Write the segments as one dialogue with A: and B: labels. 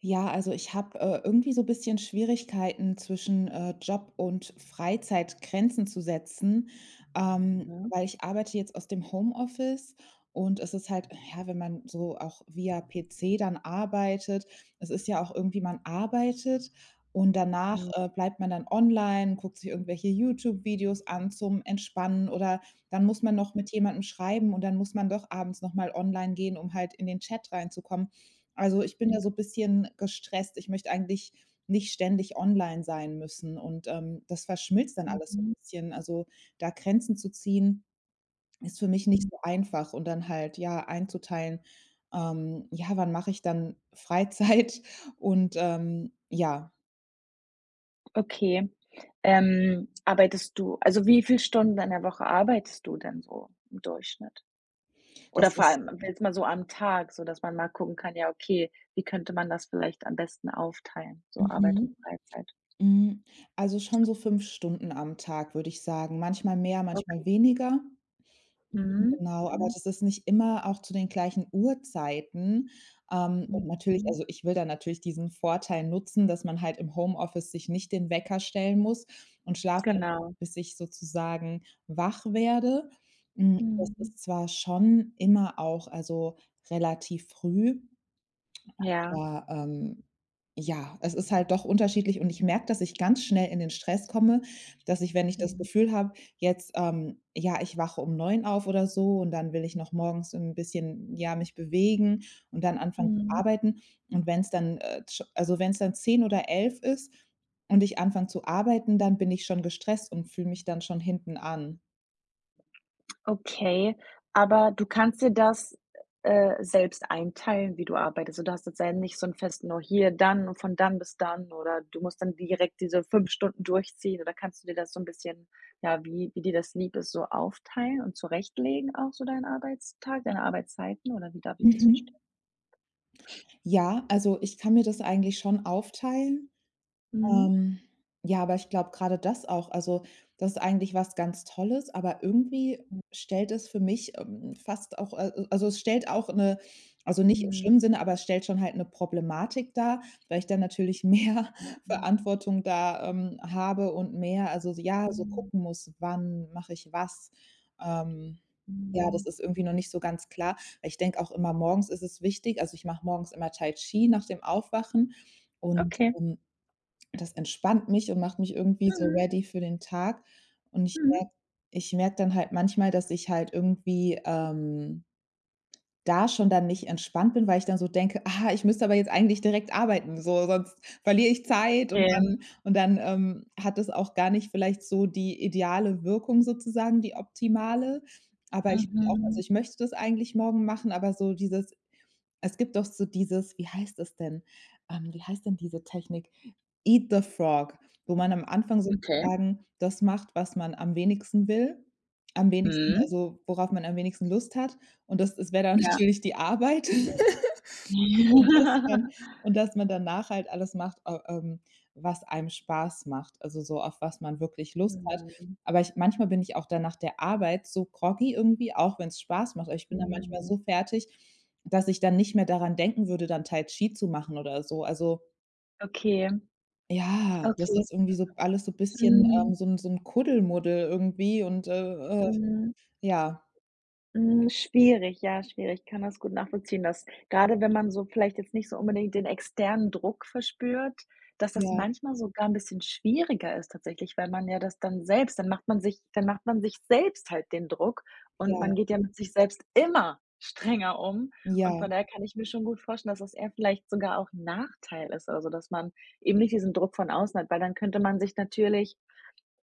A: Ja, also ich habe irgendwie so ein bisschen Schwierigkeiten zwischen Job und Freizeit Grenzen zu setzen,
B: Mhm.
A: weil ich arbeite jetzt aus dem Homeoffice und es ist halt, ja, wenn man so auch via PC dann arbeitet. Es ist ja auch irgendwie, man arbeitet und danach bleibt man dann online, guckt sich irgendwelche YouTube-Videos an zum Entspannen, oder dann muss man noch mit jemandem schreiben und dann muss man doch abends nochmal online gehen, um halt in den Chat reinzukommen. Also, ich bin da
B: Mhm.
A: so ein bisschen gestresst. Ich möchte eigentlich nicht ständig online sein müssen und, das verschmilzt dann alles so 'n
B: Mhm.
A: bisschen. Also, da Grenzen zu ziehen, ist für mich nicht
B: Mhm.
A: so einfach und dann halt, ja, einzuteilen, ja, wann mache ich dann Freizeit und, ja,
B: Okay. Wie viele Stunden in der Woche arbeitest du denn so im Durchschnitt? Oder
A: das
B: vor
A: ist
B: allem jetzt mal so am Tag, so dass man mal gucken kann, ja, okay, wie könnte man das vielleicht am besten aufteilen, so Arbeit und
A: mhm,
B: Freizeit?
A: mhm. Also, schon so 5 Stunden am Tag, würde ich sagen. Manchmal mehr, manchmal
B: Okay.
A: weniger. Mhm,
B: Mhm.
A: genau, aber
B: Mhm.
A: das ist nicht immer auch zu den gleichen Uhrzeiten.
B: Mhm.
A: Und natürlich
B: Mhm.
A: also, ich will da natürlich diesen Vorteil nutzen, dass man halt im Homeoffice sich nicht den Wecker stellen muss und schlaft dann,
B: Genau.
A: bis ich sozusagen wach werde. Das
B: Mhm.
A: ist zwar schon immer auch also relativ früh,
B: Ja.
A: aber, ja, es ist halt doch unterschiedlich und ich merke, dass ich ganz schnell in den Stress komme, dass ich, wenn ich das
B: Mhm.
A: Gefühl habe, jetzt, ja, ich wache um 9 auf oder so und dann will ich noch morgens so ein bisschen, ja, mich bewegen und dann anfangen zu
B: Mhm.
A: arbeiten. Und wenn es dann, sch also wenn's dann 10 oder 11 ist und ich anfange zu arbeiten, dann bin ich schon gestresst und fühle mich dann schon hinten an.
B: Okay, aber du kannst dir das, selbst einteilen, wie du arbeitest. So, du hast jetzt ja nicht so 'n festen oh hier, dann und von dann bis dann“, oder du musst dann direkt diese 5 Stunden durchziehen, oder kannst du dir das so ein bisschen, ja, wie dir das lieb ist, so aufteilen und zurechtlegen auch so deinen Arbeitstag, deine Arbeitszeiten, oder wie darf ich das
A: Mhm.
B: verstehen?
A: Ja, also ich kann mir das eigentlich schon aufteilen.
B: Mhm.
A: Ähm, ja, aber ich glaube gerade das auch also, das ist eigentlich was ganz Tolles, aber irgendwie stellt es für mich, fast auch also, es stellt auch eine, also, nicht im
B: Mhm.
A: schlimmen Sinne, aber es stellt schon halt eine Problematik dar, weil ich dann natürlich mehr
B: Mhm.
A: Verantwortung da, habe und mehr also, so, ja, so
B: Mhm.
A: gucken muss, wann mache ich was. Ähm, ja, das
B: Mhm.
A: ist irgendwie noch nicht so ganz klar, weil ich denke auch immer, morgens ist es wichtig also, ich mache morgens immer Tai Chi nach dem Aufwachen und,
B: Okay.
A: das entspannt mich und macht mich irgendwie so
B: Mhm.
A: ready für den Tag. Und ich
B: Mhm.
A: merke ich merke dann halt manchmal, dass ich halt irgendwie, da schon dann nicht entspannt bin, weil ich dann so denke: „Ah, ich müsste aber jetzt eigentlich direkt arbeiten, so, sonst verliere ich Zeit.“ Und
B: Okay.
A: dann und dann, ähm, hat es auch gar nicht vielleicht so die ideale Wirkung sozusagen, die optimale. Aber ich finde auch also,
B: Mhm.
A: ich möchte das eigentlich morgen machen, aber so dieses es gibt doch so dieses wie heißt das denn? Wie heißt denn diese Technik? „Eat the Frog“, wo man am Anfang
B: Okay.
A: sozusagen das macht, was man am wenigsten will, am wenigsten
B: Mhm.
A: also, worauf man am wenigsten Lust hat. Und das wäre dann
B: Ja.
A: natürlich die Arbeit. Und dass man und dass man danach halt alles macht, a was einem Spaß macht, also so, auf was man wirklich Lust hat.
B: Mhm.
A: Aber ich manchmal bin ich auch dann nach der Arbeit so groggy irgendwie, auch wenn es Spaß macht. Aber ich bin dann manchmal
B: Mhm.
A: so fertig, dass ich dann nicht mehr daran denken würde, dann Tai Chi zu machen oder so. Also,
B: Okay,
A: ja, das
B: okay.
A: ist irgendwie so alles so ein bisschen,
B: Mhm,
A: so ein Kuddelmuddel irgendwie und, äh,
B: mhm,
A: ja,
B: mhm, Schwierig, ja, schwierig. Ich kann das gut nachvollziehen, dass gerade, wenn man so vielleicht jetzt nicht so unbedingt den externen Druck verspürt, dass das
A: ja,
B: manchmal sogar ein bisschen schwieriger ist tatsächlich, weil man ja das dann selbst, dann macht man sich selbst halt den Druck,
A: ja,
B: und man geht ja mit sich selbst immer strenger um.
A: ja,
B: Und von daher kann ich mir schon gut vorstellen, dass das eher vielleicht sogar auch 'n Nachteil ist, also, dass man eben nicht diesen Druck von außen hat, weil dann könnte man sich natürlich,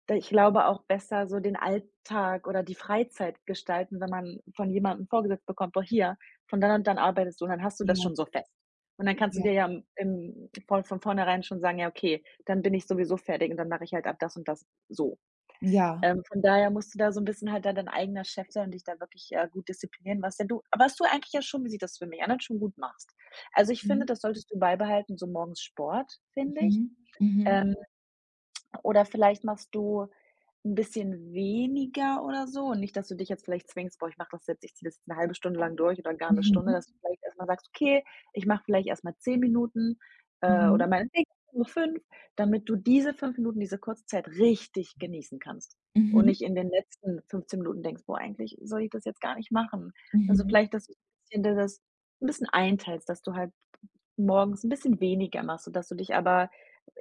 B: Da ich glaube, auch besser so den Alltag oder die Freizeit gestalten, wenn man von jemandem vorgesetzt bekommt: „Boah, hier, von dann und dann arbeitest du“, und dann hast du das
A: ja,
B: schon so fest. Und dann kannst du
A: ja,
B: dir ja im im von vornherein schon sagen: „Ja, okay, dann bin ich sowieso fertig und dann mache ich halt ab das und das so.“
A: ja.
B: Von daher musst du da so ein bisschen halt da dein eigener Chef sein und dich da wirklich, gut disziplinieren, was denn du was du eigentlich ja schon, wie sieht das für mich an, halt schon gut machst. Also, ich
A: Mhm,
B: finde, das solltest du beibehalten, so morgens Sport, finde ich.
A: mhm, mhm,
B: Ähm oder vielleicht machst du ein bisschen weniger oder so und nicht, dass du dich jetzt vielleicht zwingst: „Boah, ich ziehe das jetzt 'ne 1 Stunde lang durch oder gar eine
A: mhm,
B: Stunde“,
A: mhm.
B: dass du vielleicht erst mal sagst: „Okay, ich mache vielleicht erst mal 10 Minuten, oder
A: Mhm.
B: meinetwegen nur 5“, damit du diese 5 Minuten, diese kurze Zeit richtig genießen kannst und
A: Mhm,
B: nicht in den letzten 15 Minuten denkst: „Boah, eigentlich soll ich das jetzt gar nicht machen.“ Also,
A: mhm.
B: vielleicht, dass du ein bisschen einteilst, dass du halt morgens ein bisschen weniger machst, sodass du dich aber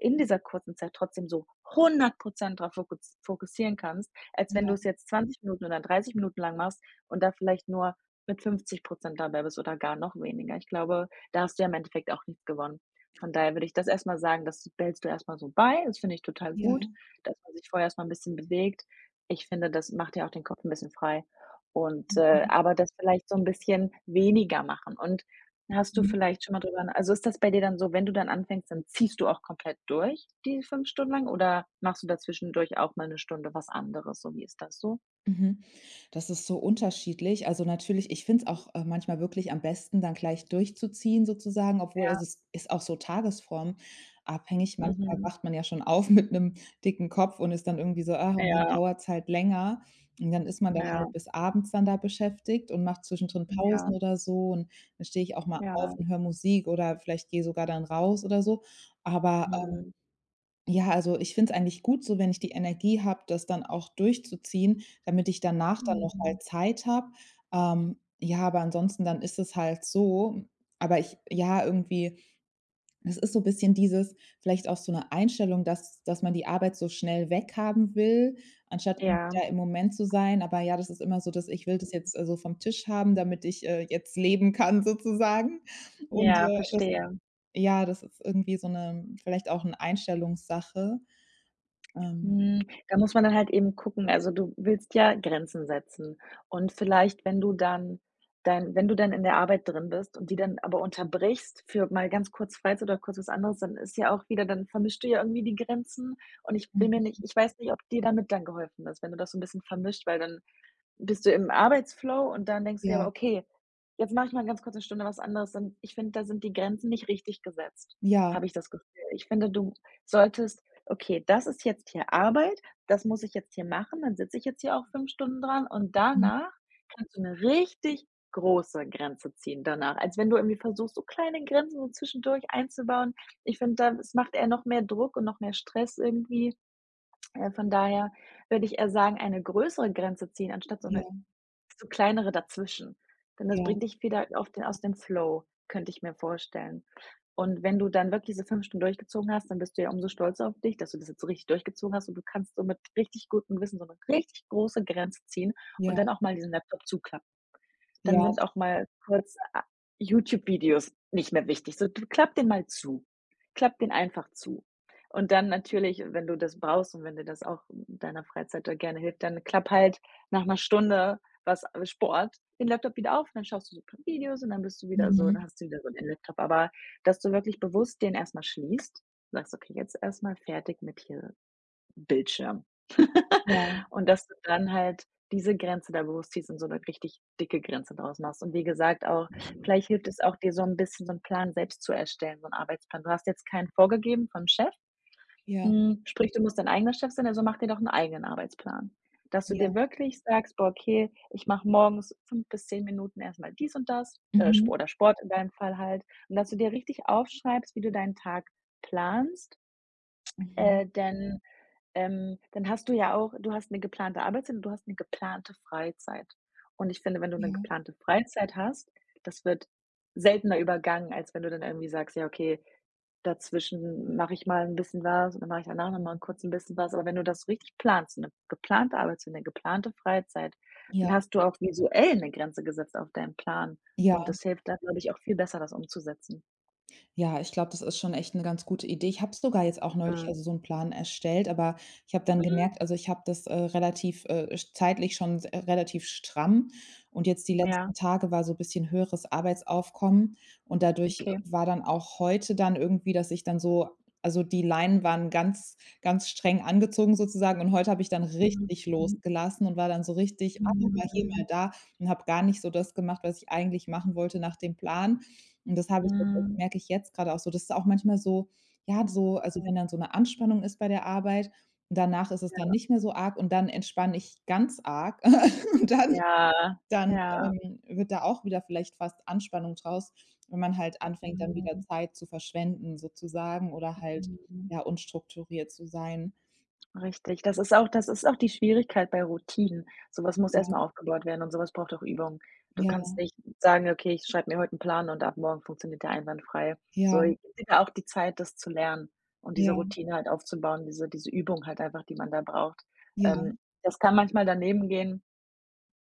B: in dieser kurzen Zeit trotzdem so 100% darauf fokussieren kannst, als wenn
A: Ja,
B: du es jetzt 20 Minuten oder 30 Minuten lang machst und da vielleicht nur mit 50% dabei bist oder gar noch weniger. Ich glaube, da hast du ja im Endeffekt auch nichts gewonnen. Von daher würde ich das erst mal sagen, das behältst du erst mal so bei. Das finde ich total
A: ja.
B: gut, dass man sich vorher erst mal 'n bisschen bewegt. Ich finde, das macht ja auch den Kopf ein bisschen frei, und,
A: Mhm,
B: aber das vielleicht so ein bisschen weniger machen. Und hast du
A: mhm,
B: vielleicht schon mal drüber, na also, ist das bei dir dann so, wenn du dann anfängst, dann ziehst du auch komplett durch die 5 Stunden lang, oder machst du da zwischendurch auch mal 'ne Stunde was anderes? So, wie ist das so?
A: mhm. Das ist so unterschiedlich. Also, natürlich ich finde es auch, manchmal wirklich am besten, dann gleich durchzuziehen sozusagen, obwohl
B: Ja.
A: also, es ist auch so tagesformabhängig. Manchmal
B: Mhm.
A: wacht man ja schon auf mit einem dicken Kopf und ist dann irgendwie so: „Ah“ und dann
B: Ja,
A: dauert es halt länger. Und dann ist man da
B: ja,
A: halt bis abends dann da beschäftigt und macht zwischendrin
B: ja,
A: Pausen oder so. Und dann stehe ich auch mal auf
B: ja.
A: und höre Musik oder vielleicht gehe sogar dann raus oder so. Aber,
B: Mhm.
A: ja, also ich finde es eigentlich gut so, wenn ich die Energie habe, das dann auch durchzuziehen, damit ich danach dann noch
B: Mhm.
A: halt Zeit habe. Ja, aber ansonsten dann ist es halt so aber ich ja, irgendwie es ist so ein bisschen dieses vielleicht auch so eine Einstellung, dass man die Arbeit so schnell weghaben will, anstatt irgendwie
B: Ja,
A: da im Moment zu sein. Aber ja, das ist immer so dass ich will das jetzt, so vom Tisch haben, damit ich, jetzt leben kann sozusagen. Und,
B: ja,
A: das
B: verstehe.
A: ja, das ist irgendwie so eine vielleicht auch eine Einstellungssache. Ähm,
B: Hm, da muss man dann halt eben gucken. Also, du willst ja Grenzen setzen und vielleicht, wenn du dann, wenn du dann in der Arbeit drin bist und die dann aber unterbrichst für mal ganz kurz Freizeit oder kurz was anderes, dann ist ja auch wieder, dann vermischst du ja irgendwie die Grenzen, und
A: mhm,
B: ich weiß nicht, ob dir damit dann geholfen ist, wenn du das so ein bisschen vermischt, weil dann bist du im Arbeitsflow und dann denkst du dir
A: ja,
B: aber: „Okay, jetzt mache ich mal ganz kurz 1 Stunde was anderes.“ Und ich finde, da sind die Grenzen nicht richtig gesetzt,
A: ja,
B: habe ich das Gefühl. Ich finde, du solltest, okay, das ist jetzt hier Arbeit, das muss ich jetzt hier machen, dann sitze ich jetzt hier auch 5 Stunden dran, und
A: mhm,
B: danach kannst du eine richtig große Grenze ziehen danach, als wenn du irgendwie versuchst, so kleine Grenzen so zwischendurch einzubauen. Ich finde, da es macht eher noch mehr Druck und noch mehr Stress irgendwie. Von daher würde ich eher sagen, eine größere Grenze ziehen, anstatt so eine
A: ja,
B: so kleinere dazwischen, denn das
A: ja,
B: bringt dich wieder auf den, aus dem Flow, könnte ich mir vorstellen. Und wenn du dann wirklich diese 5 Stunden durchgezogen hast, dann bist du ja umso stolzer auf dich, dass du das jetzt so richtig durchgezogen hast, und du kannst so mit richtig gutem Gewissen so eine richtig große Grenze ziehen und
A: ja,
B: dann auch mal diesen Laptop zuklappen. Dann
A: ja,
B: sind auch mal kurz a YouTube-Videos nicht mehr wichtig. So, du klapp den mal zu. Klapp den einfach zu. Und dann natürlich, wenn du das brauchst und wenn dir das auch in deiner Freizeit da gerne hilft, dann klapp halt nach 1 Stunde was, Sport, den Laptop wieder auf und dann schaust du so ein paar Videos und dann bist du wieder so, dann
A: mhm,
B: hast du wieder so den Laptop. Aber dass du wirklich bewusst den erstmal schließt, sagst: „Okay, jetzt erstmal fertig mit hier Bildschirm.“
A: ja,
B: Und dass du dann halt diese Grenze da bewusst ziehst und so eine richtig dicke Grenze draus machst. Und wie gesagt auch, vielleicht hilft es auch, dir so ein bisschen so einen Plan selbst zu erstellen, so einen Arbeitsplan. Du hast jetzt keinen vorgegeben vom Chef.
A: ja,
B: Hm, sprich, du musst dein eigener Chef sein, also mach dir doch einen eigenen Arbeitsplan. Dass du
A: ja,
B: dir wirklich sagst: „Boah, okay, ich mache morgens 5 bis 10 Minuten erstmal dies und das“Sp
A: mhm,
B: oder Sport in deinem Fall halt. Und dass du dir richtig aufschreibst, wie du deinen Tag planst,
A: mhm,
B: äh, denn dann hast du ja auch, du hast eine geplante Arbeitszeit und du hast eine geplante Freizeit. Und ich finde, wenn du eine
A: ja,
B: geplante Freizeit hast, das wird seltener übergangen, als wenn du dann irgendwie sagst: „Ja, okay, dazwischen mache ich mal ein bisschen was und dann mache ich danach noch mal kurz 'n bisschen was.“ Aber wenn du das richtig planst, eine geplante Arbeitszeit, eine geplante Freizeit,
A: ja,
B: dann hast du auch visuell eine Grenze gesetzt auf deinen Plan,
A: ja.
B: und das hilft dann, glaube ich, auch viel besser, das umzusetzen.
A: Ja, ich glaube, das ist schon echt 'ne ganz gute Idee. Ich habe sogar jetzt auch neulich
B: Mhm.
A: also, so 'n Plan erstellt, aber ich habe dann
B: Mhm.
A: gemerkt, also, ich habe das, relativ, sch zeitlich schon s relativ stramm und jetzt die letzten
B: Ja,
A: Tage war so bisschen höheres Arbeitsaufkommen und dadurch
B: okay.
A: war dann auch heute dann irgendwie, dass ich dann so also, die Leinen waren ganz ganz streng angezogen sozusagen und heute habe ich dann richtig
B: Mhm.
A: losgelassen und war dann so richtig: „Ah, mal
B: Mhm.
A: hier, mal
B: Mhm.
A: da“ und habe gar nicht so das gemacht, was ich eigentlich machen wollte nach dem Plan. Und das habe ich jetzt also merke ich jetzt gerade auch so. Das ist auch manchmal so ja, so also,
B: Mhm.
A: wenn dann so eine Anspannung ist bei der Arbeit, und danach ist es dann
B: Ja,
A: nicht mehr so arg und dann entspanne ich ganz arg und dann
B: ja,
A: dann,
B: ja.
A: ähm, wird da auch wieder vielleicht fast Anspannung draus, wenn man halt anfängt, dann wieder
B: Mhm,
A: Zeit zu verschwenden sozusagen oder halt,
B: mhm.
A: ja, unstrukturiert zu sein.
B: Richtig. Das ist auch die Schwierigkeit bei Routinen. So was muss
A: Ja,
B: erst mal aufgebaut werden und so was braucht auch Übung. Du
A: ja,
B: kannst nicht sagen: „Okay, ich schreibe mir heute 'n Plan und ab morgen funktioniert der einwandfrei.“ So,
A: ja,
B: gib dir da auch die Zeit, das zu lernen und
A: ja,
B: diese Routine halt aufzubauen, diese Übung halt einfach, die man da braucht.
A: ja,
B: Ähm, das kann manchmal danebengehen.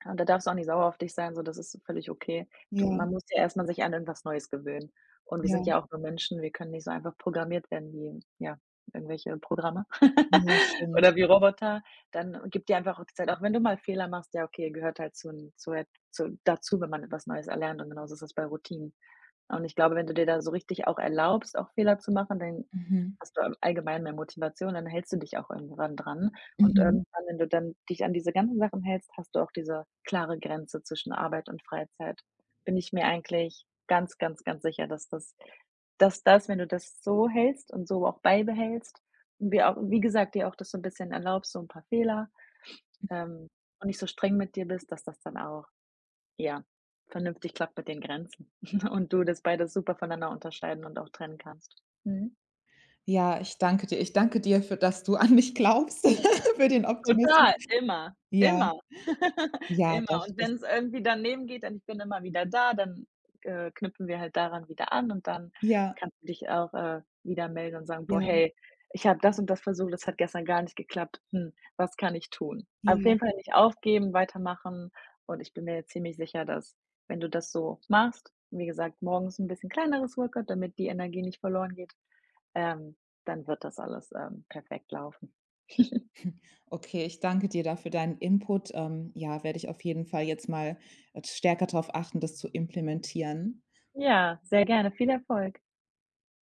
B: Und da darfst du auch nicht sauer auf dich sein, so, das ist völlig okay. Du
A: ja,
B: Man muss ja erstmal sich an irgendwas Neues gewöhnen. Und wir sind
A: ja,
B: ja auch nur Menschen, wir können nicht so einfach programmiert werden wie, ja, irgendwelche Programme
A: ja, stimmt.
B: oder wie Roboter. Dann gib dir einfach auch die Zeit, auch wenn du mal Fehler machst, ja okay, gehört halt zu dazu, wenn man etwas Neues erlernt, und genauso ist das bei Routinen. Und ich glaube, wenn du dir da so richtig auch erlaubst, auch Fehler zu machen, dann
A: Mhm,
B: hast du allgemein mehr Motivation, dann hältst du dich auch irgendwann dran. Und
A: mhm.
B: irgendwann, wenn du dann dich an diese ganzen Sachen hältst, hast du auch diese klare Grenze zwischen Arbeit und Freizeit. Bin ich mir eigentlich ganz, ganz, ganz sicher, dass das, wenn du das so hältst und so auch beibehältst und dir auch, wie gesagt, dir auch das so ein bisschen erlaubst, so ein paar Fehler, ähm, und nicht so streng mit dir bist, dass das dann auch, ja, vernünftig klappt mit den Grenzen und du das beides super voneinander unterscheiden und auch trennen kannst. Mhm.
A: Ja, ich danke dir. Ich danke dir für dass du an mich glaubst, für den Optimismus.
B: Total, immer,
A: Ja,
B: immer,
A: ja, doch,
B: immer. Und
A: das
B: wenn es irgendwie daneben geht und ich bin immer wieder da, dann, knüpfen wir halt daran wieder an und dann
A: ja,
B: kannst du dich auch, wieder melden und sagen: „Boah,
A: ja,
B: hey, ich habe das und das versucht, das hat gestern gar nicht geklappt. Hm, was kann ich tun?“ Auf
A: ja.
B: jeden Fall nicht aufgeben, weitermachen, und ich bin mir jetzt ziemlich sicher, dass, wenn du das so machst, wie gesagt, morgens ein bisschen kleineres Workout, damit die Energie nicht verloren geht, ähm, dann wird das alles, perfekt laufen.
A: Okay, ich danke dir dafür deinen Input. Ja, werde ich auf jeden Fall jetzt mal, stärker darauf achten, das zu implementieren.
B: Ja, sehr gerne. Viel Erfolg.